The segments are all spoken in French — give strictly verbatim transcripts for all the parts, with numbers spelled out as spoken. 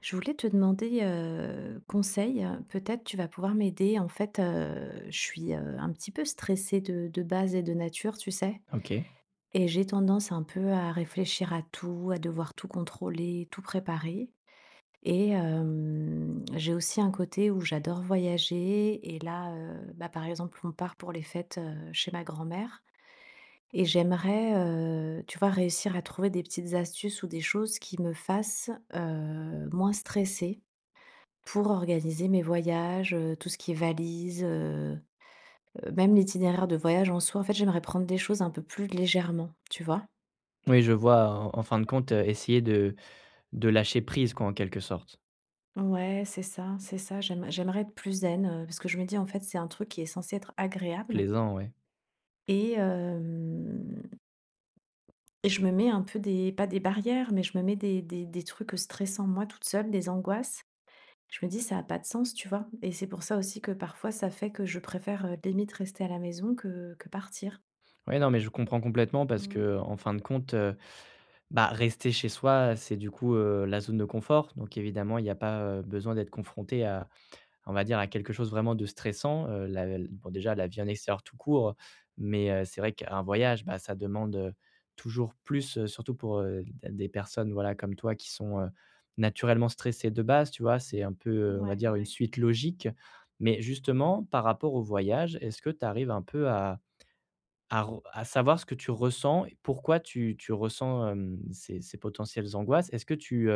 Je voulais te demander, heu, conseil, heu, peut-être tu vas pouvoir m'aider. En fait, heu, je suis, heu, un petit peu stressée de de base et de nature, tu sais? OK. Et j'ai tendance un peu à réfléchir à tout, à devoir tout contrôler, tout préparer. Et hem, j'ai aussi un côté où j'adore voyager et là, heu, bah, par exemple, on part pour les fêtes, heu, chez ma grand-mère et j'aimerais, heu, tu vois, réussir à trouver des petites astuces ou des choses qui me fassent, heu, moins stressée pour organiser mes voyages, heu, tout ce qui est valise, heu heu, même l'itinéraire de voyage en soi. En fait, j'aimerais prendre des choses un peu plus légèrement, tu vois? Oui, je vois, en en fin de compte, heu, essayer de de lâcher prise quoi, en quelque sorte. Ouais, c'est ça, c'est ça. J'aime j'aimerais être plus zen, heu, parce que je me dis, en fait, c'est un truc qui est censé être agréable Plaisant, ouais. et hem et je me mets un peu des pas des barrières, mais je me mets des des des trucs stressants, moi, toute seule, des angoisses. Je me dis: «Ça a pas de sens», tu vois? Et c'est pour ça aussi que parfois ça fait que je préfère, heu, limite rester à la maison que que partir. Ouais, non, mais je comprends complètement parce Mmh. que, en fin de compte, heu, bah, rester chez soi, c'est du coup, heu, la zone de confort, donc évidemment, il n'y a pas, heu, besoin d'être confronté à. On va dire à quelque chose vraiment de stressant, heu, la bon déjà la vie en extérieur tout court, mais heu, c'est vrai qu'un voyage, bah, ça demande, heu, toujours plus, heu, surtout pour, heu, des personnes, voilà, comme toi qui sont, heu, naturellement stressées de base, tu vois? C'est un peu, heu, on va Ouais, dire une ouais. suite logique. Mais justement, par rapport au voyage, est-ce que tu arrives un peu à à re à savoir ce que tu ressens et pourquoi tu tu ressens, hem, ces ces potentielles angoisses? Est-ce que tu,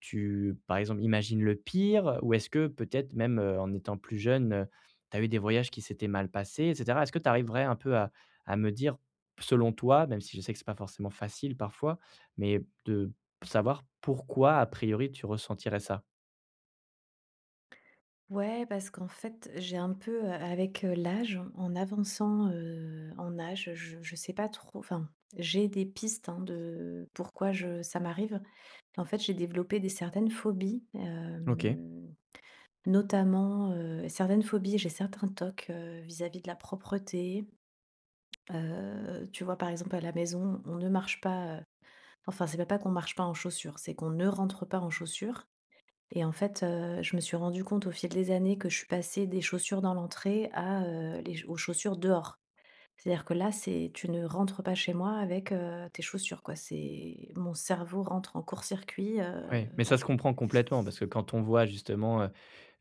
tu, par exemple, imagines le pire? Ou est-ce que peut-être même, heu, en étant plus jeune, heu, tu as eu des voyages qui s'étaient mal passés et cetera? Est-ce que tu arriverais un peu à à me dire, selon toi, même si je sais que c'est pas forcément facile parfois, mais de savoir pourquoi, a priori, tu ressentirais ça? Ouais, parce qu'en fait, j'ai un peu, heu, avec, heu, l'âge, en avançant, heu, en âge, je je sais pas trop enfin, j'ai des pistes, hein, de pourquoi je ça m'arrive. En fait, j'ai développé des certaines phobies, OK. hem, notamment, heu, certaines phobies, j'ai certains tocs, heu, vis-à-vis de la propreté. Heu, tu vois, par exemple, à la maison, on ne marche pas, heu enfin, c'est pas pas qu'on marche pas en chaussures, c'est qu'on ne rentre pas en chaussures. Et en fait, heu, je me suis rendu compte au fil des années que je suis passée des chaussures dans l'entrée à, heu, les aux chaussures dehors. C'est-à-dire que là, c'est tu ne rentres pas chez moi avec, heu, tes chaussures, quoi. C'est mon cerveau rentre en court-circuit, heu, Ouais, mais ça voilà. se comprend complètement parce que quand on voit justement,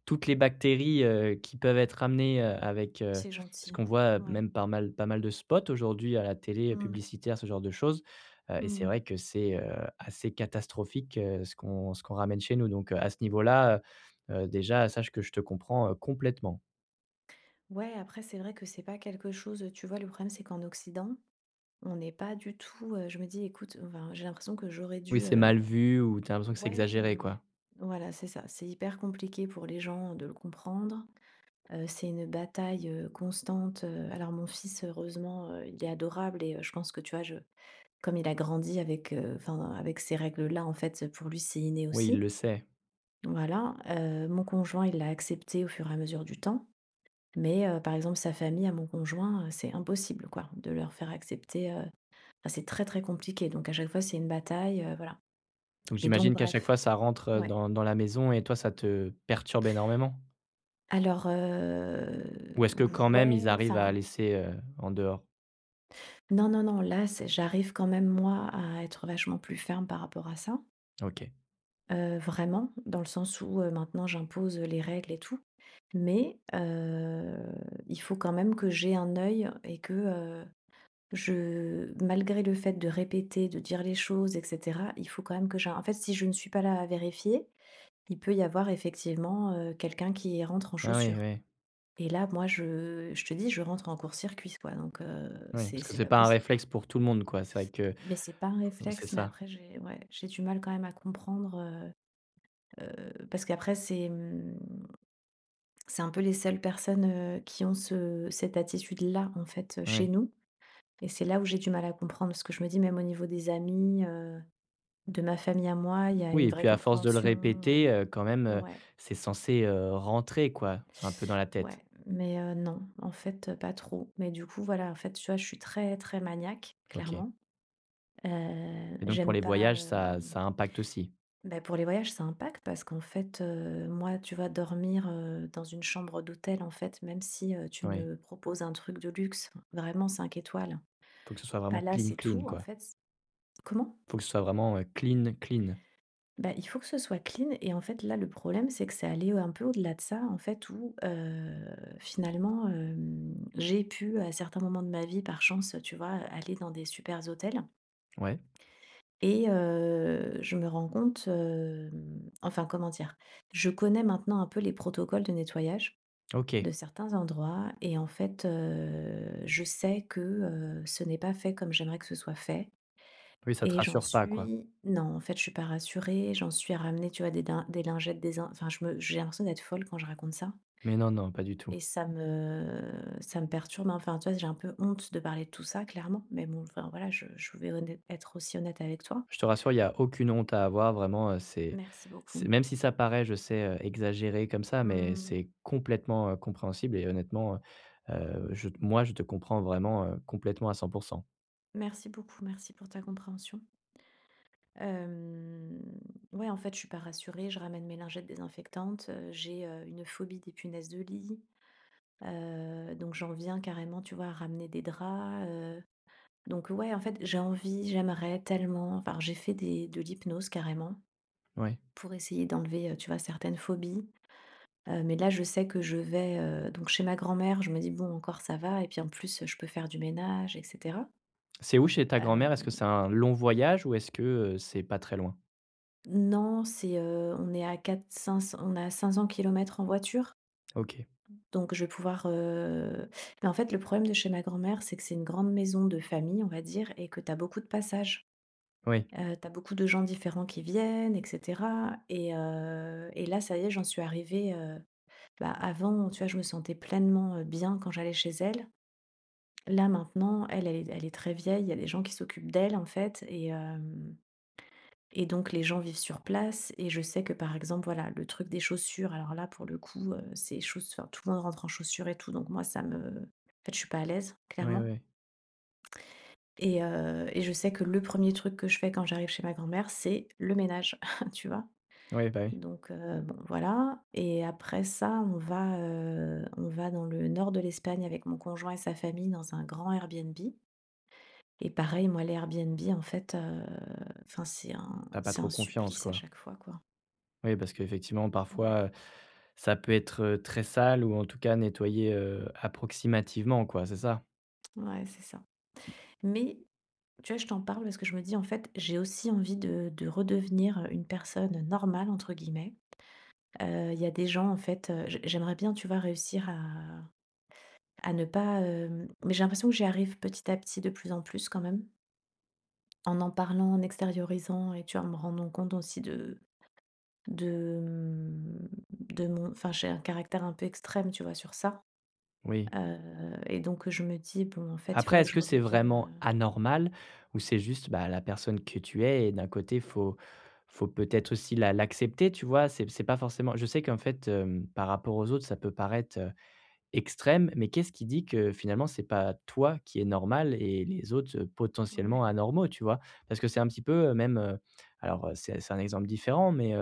toutes les bactéries, heu, qui peuvent être amenées, heu, avec, heu C'est parce gentil. qu'on voit, heu, Ouais. même pas mal pas mal de spots aujourd'hui à la télé, euh, Mmh. publicitaire ce genre de choses, heu et c'est Mmh. vrai que c'est, heu, assez catastrophique, heu, ce qu'on ce qu'on ramène chez nous donc heu, à ce niveau-là, heu heu, déjà sache que je te comprends, heu, complètement. Ouais, après, c'est vrai que c'est pas quelque chose, tu vois, le problème, c'est qu'en Occident, on n'est pas du tout, heu, je me dis: «Écoute», enfin, j'ai l'impression que j'aurais Oui, dû, c'est heu mal vu ou tu as l'impression que c'est ouais, ouais, exagéré, ouais. quoi. Voilà, c'est ça. C'est hyper compliqué pour les gens de le comprendre. Heu, c'est une bataille, heu, constante, heu, alors mon fils heureusement, heu, il est adorable. Et heu, je pense que tu vois, je comme il a grandi avec, heu, enfin avec ces règles-là en fait, pour lui c'est inné Oui, il aussi, le sait. voilà. Heu, mon conjoint il l'a accepté au fur et à mesure du temps. Mais heu, par exemple sa famille à mon conjoint, heu, c'est impossible quoi de leur faire accepter, heu, enfin c'est très, très compliqué. Donc à chaque fois c'est une bataille, heu, voilà. Donc Mais donc j'imagine qu'à chaque bref, fois ça rentre, heu, ouais. dans dans la maison et toi ça te perturbe énormément? Alors, Ou heu, est-ce que quand même ils ouais, arrivent à enfin laisser, heu, en dehors? non, non, non, là, c'est j'arrive quand même moi à être vachement plus ferme par rapport à ça. OK. Heu, vraiment, dans le sens où, heu, maintenant j'impose les règles et tout. Mais, heu, il faut quand même que j'ai un œil. Et que, heu, je malgré le fait de répéter, de dire les choses et cetera, il faut quand même que j'ai un- en fait, si je ne suis pas là à vérifier, il peut y avoir effectivement, heu, quelqu'un qui rentre en Ah oui, chaussure. oui. Et là, moi, je je te dis, je rentre en court-circuit, quoi. Donc, heu, Oui, c'est parce que c'est c'est pas pas un possible, quoi. réflexe pour tout le monde, quoi. C'est vrai que, heu, Mais c'est pas un c'est réflexe. Mais ça, après j'ai ouais, j'ai du mal quand même à comprendre, heu heu, parce qu'après c'est, mmh, c'est un peu les seules personnes, heu, qui ont ce cette attitude-là, en fait, heu, oui. chez nous. Et c'est là où j'ai du mal à comprendre. Parce que je me dis même au niveau des amis, heu, de ma famille à moi, il y a Oui une et vraie puis à force de le compréhension, heu, répéter, heu, quand même, heu, ouais, c'est censé, heu, rentrer quoi, un peu dans la tête? ouais, mais heu, non, en fait, heu, pas trop. Mais du coup, voilà, en fait, tu vois, je suis très, très maniaque, OK, clairement. Heu, et donc pour J'aime les pas, voyages, ça euh, ça impacte aussi? Bah, pour les voyages, ça impacte parce qu'en fait, heu, moi, tu vas dormir, heu, dans une chambre d'hôtel, en fait, même si, heu, tu Oui. me proposes un truc de luxe, enfin, vraiment cinq étoiles, Faut que ce soit vraiment clean, palace et clean, tout, en quoi. fait c comment? Faut que ce soit vraiment, heu, clean, clean. Bah, il faut que ce soit clean. Et en fait, là, le problème, c'est que c'est allé un peu au-delà de ça, en fait, où, heu, finalement, hem, j'ai pu, à certains moments de ma vie, par chance, tu vois, aller dans des supers hôtels. Ouais, Et heu, je me rends compte, hem, enfin, comment dire? Je connais maintenant un peu les protocoles de nettoyage OK. de certains endroits et en fait, heu, je sais que, heu, ce n'est pas fait comme j'aimerais que ce soit fait. Oui, ça te Et j'en rassure pas, quoi? suis non, en fait, je suis pas rassurée, j'en suis à ramener, tu vois, des din des lingettes, des in enfin, je me j'ai l'impression d'être folle quand je raconte ça. Mais non, non, pas du tout. Et ça me ça me perturbe, hein. Enfin, tu vois, j'ai un peu honte de parler de tout ça, clairement, mais bon, enfin, voilà, je je vais honnête être aussi honnête avec toi. Je te rassure, il y a aucune honte à avoir, vraiment, heu, c'est Merci c'est beaucoup. même si ça paraît, je sais, heu, exagéré comme ça, mais Mmh. c'est complètement, heu, compréhensible et honnêtement, heu je moi, je te comprends vraiment, heu, complètement à cent. Merci beaucoup, merci pour ta compréhension. Hem, ouais, en fait, je suis pas rassurée, je ramène mes lingettes désinfectantes, heu, j'ai, heu, une phobie des punaises de lit, heu, donc j'en viens carrément, tu vois, à ramener des draps, heu, donc ouais, en fait, j'ai envie, j'aimerais tellement enfin, j'ai fait des de l'hypnose carrément Ouais. pour essayer d'enlever, heu, tu vois, certaines phobies, heu, mais là, je sais que je vais, heu, donc chez ma grand-mère, je me dis: «Bon, encore ça va» et puis en plus, je peux faire du ménage et cetera. C'est où chez ta grand-mère? Est-ce que Hem c'est un long voyage ou est-ce que, heu, c'est pas très loin? Non, c'est, heu, on est à quatre cinq cents on a cinq cents kilomètres en voiture. OK. Donc je vais pouvoir, heu mais en fait, le problème de chez ma grand-mère, c'est que c'est une grande maison de famille, on va dire, et que tu as beaucoup de passages. Oui. Heu, tu beaucoup de gens différents qui viennent et cetera. Et heu et là, ça y est, j'en suis arrivée, heu, bah, avant, tu vois, je me sentais pleinement, heu, bien quand j'allais chez elle. Là, maintenant, elle, elle est elle est très vieille, il y a des gens qui s'occupent d'elle, en fait. et hem Et donc les gens vivent sur place et je sais que par exemple, voilà, le truc des chaussures, alors là pour le coup, heu, c'est chauss enfin tout le monde rentre en chaussures et tout, donc moi ça me en fait, je suis pas à l'aise, Oui, oui, clairement. oui. Et heu et je sais que le premier truc que je fais quand j'arrive chez ma grand-mère, c'est le ménage, tu vois? Oui, bah, oui. Donc heu, bon voilà. Et après ça, on va, heu, on va dans le nord de l'Espagne avec mon conjoint et sa famille dans un grand Airbnb. Et pareil, moi les Airbnb en fait, heu, enfin c'est un T'as pas c'est trop un confiance, supplice à quoi. chaque fois, quoi. Oui, parce qu'effectivement, Ouais. parfois, heu, ça peut être, heu, très sale ou en tout cas nettoyé, heu, approximativement quoi, c'est ça? Ouais, c'est ça. Mais tu vois, je t'en parle parce que je me dis, en fait, j'ai aussi envie de, de redevenir une personne normale, entre guillemets. Euh, Il y a des gens, en fait, euh, j- j'aimerais bien, tu vois, réussir à, à ne pas... euh, Mais j'ai l'impression que j'y arrive petit à petit de plus en plus quand même, en en parlant, en extériorisant et, tu vois, en me rendant compte aussi de... de, de mon... Enfin, j'ai un caractère un peu extrême, tu vois, sur ça. Oui. Euh, et donc, je me dis, bon, en fait, il Après, faudrait que est-ce je que c'est redevienne... vraiment euh, anormal ou c'est juste, bah, la personne que tu es et d'un côté, faut faut peut-être aussi la l'accepter, tu vois? C'est c'est pas forcément je sais qu'en fait, hem, par rapport aux autres, ça peut paraître, heu, extrême, mais qu'est-ce qui dit que finalement, c'est pas toi qui est normal et les autres, heu, potentiellement Ouais. anormaux, tu vois? Parce que c'est un petit peu, heu, même, heu, alors, heu, c'est c'est un exemple différent, mais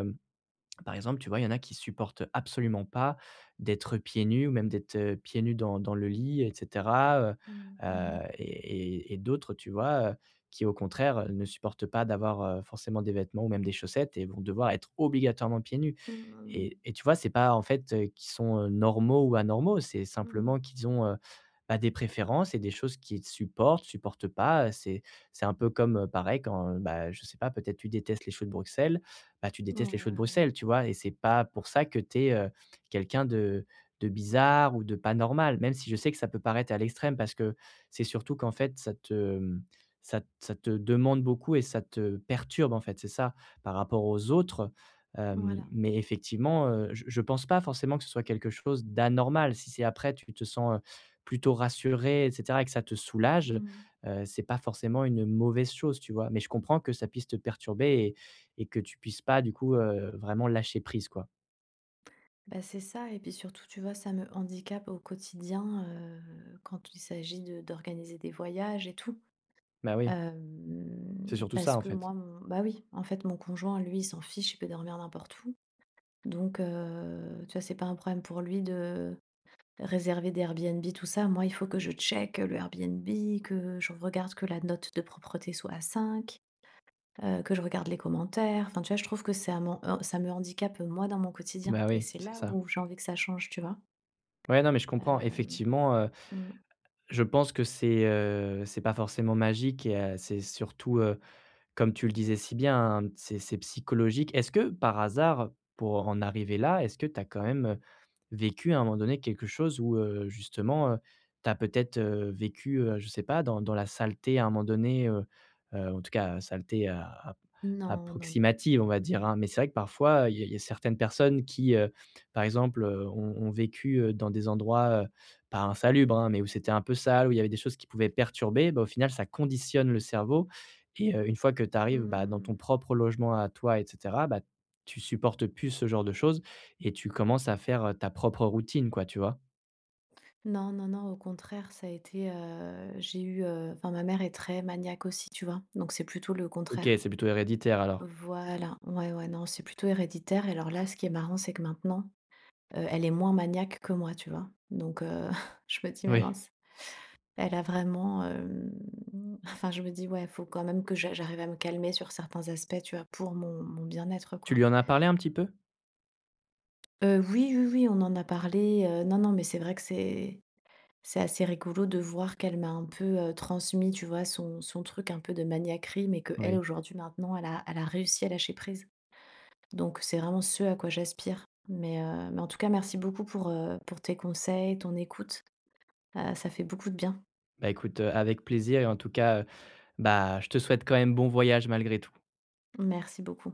par exemple, tu vois, il y en a qui supportent absolument pas d'être pieds nus ou même d'être, heu, pieds nus dans dans le lit et cetera, heu Mhm, heu mhm. et et et d'autres, tu vois, heu, qui au contraire, heu, ne supportent pas d'avoir, heu, forcément des vêtements ou même des chaussettes et vont devoir être obligatoirement pieds nus. Mmh mh. Et et tu vois, c'est pas en fait, heu, qu'ils sont, heu, normaux ou anormaux, c'est Mmh. simplement qu'ils ont, heu, bah, des préférences et des choses qu'ils supportent, supportent pas, c'est c'est un peu comme, heu, pareil quand, bah, je sais pas, peut-être tu détestes les choux de Bruxelles, bah, tu Ouais, détestes les choses de ouais, ouais. Bruxelles, tu vois? Et c'est pas pour ça que tu es, heu, quelqu'un de de bizarre ou de pas normal, même si je sais que ça peut paraître à l'extrême parce que c'est surtout qu'en fait ça te, ça ça te demande beaucoup et ça te perturbe, en fait, c'est ça, par rapport aux autres. Hem, Voilà. mais effectivement, heu, je je pense pas forcément que ce soit quelque chose d'anormal. Si c'est après tu te sens, heu, plutôt rassuré et cetera et que ça te soulage, Mmh. heu, c'est pas forcément une mauvaise chose, tu vois? Mais je comprends que ça puisse te perturber et que tu puisses pas, du coup, heu, vraiment lâcher prise, quoi. Bah, c'est ça et puis surtout, tu vois, ça me handicape au quotidien, heu, quand il s'agit de d'organiser des voyages et tout. Bah, oui, Hem, c'est surtout Parce ça, en que fait. moi, mon bah, oui, en fait, mon conjoint, lui, il s'en fiche, il peut dormir n'importe où. Donc heu, tu vois, c'est pas un problème pour lui de réserver des Airbnb, tout ça. Moi, il faut que je check le Airbnb, que je regarde que la note de propreté soit à cinq, heu, que je regarde les commentaires. Enfin, tu vois, je trouve que ça m'en heu, ça me handicape, moi, dans mon quotidien. Bah, Et oui, c'est c'est là ça. où j'ai envie que ça change, tu vois? Ouais, non, mais je comprends. Hem, Effectivement, heu, mmh, je pense que c'est, heu, c'est pas forcément magique et heu, c'est surtout, heu, comme tu le disais si bien, hein, c'est c'est psychologique. Est-ce que par hasard, pour en arriver là, est-ce que tu as quand même, heu vécu à un moment donné quelque chose où, heu, justement, heu, tu as peut-être, heu, vécu, heu, je sais pas, dans dans la saleté à un moment donné, heu heu, en tout cas saleté a a non, non, non. approximative, on va dire, hein. Mais c'est vrai que parfois, il y a il y a certaines personnes qui, heu, par exemple, heu, ont ont vécu, heu, dans des endroits, heu, pas insalubres, hein, mais où c'était un peu sale, où il y avait des choses qui pouvaient perturber, bah, au final, ça conditionne le cerveau et heu, une fois que tu Mmh, arrives, bah, dans mmh ton mh. propre logement à toi et cetera, bah, tu supportes plus ce genre de choses et tu commences à faire, heu, ta propre routine quoi, tu vois? Non, non, non, au contraire, ça a été, heu, j'ai eu, heu enfin, ma mère est très maniaque aussi, tu vois? Donc c'est plutôt le OK, contraire. c'est plutôt héréditaire alors. Voilà, ouais, ouais, non, c'est plutôt héréditaire. Et alors là, ce qui est marrant, c'est que maintenant, heu, elle est moins maniaque que moi, tu vois? Donc heu, je me dis: «Mais Oui. mince». Elle a vraiment, hem, enfin, je me dis: «Ouais, il faut quand même que j'a j'arrive à me calmer sur certains aspects», tu vois? Pour mon mon bien-être, Tu quoi. lui en as parlé un petit peu? Heu, oui, oui, oui, on en a parlé, heu, non, non, mais c'est vrai que c'est c'est assez rigolo de voir qu'elle m'a un peu, heu, transmis, tu vois, son son truc un peu de maniaquerie, mais que elle Oui. aujourd'hui, maintenant, elle a elle a réussi à lâcher prise. Donc c'est vraiment ce à quoi j'aspire. Mais heu, mais en tout cas, merci beaucoup pour, heu, pour tes conseils, ton écoute. Heu, ça fait beaucoup de bien. Bah écoute, heu, avec plaisir et en tout cas, heu, bah, je te souhaite quand même bon voyage malgré tout. Merci beaucoup.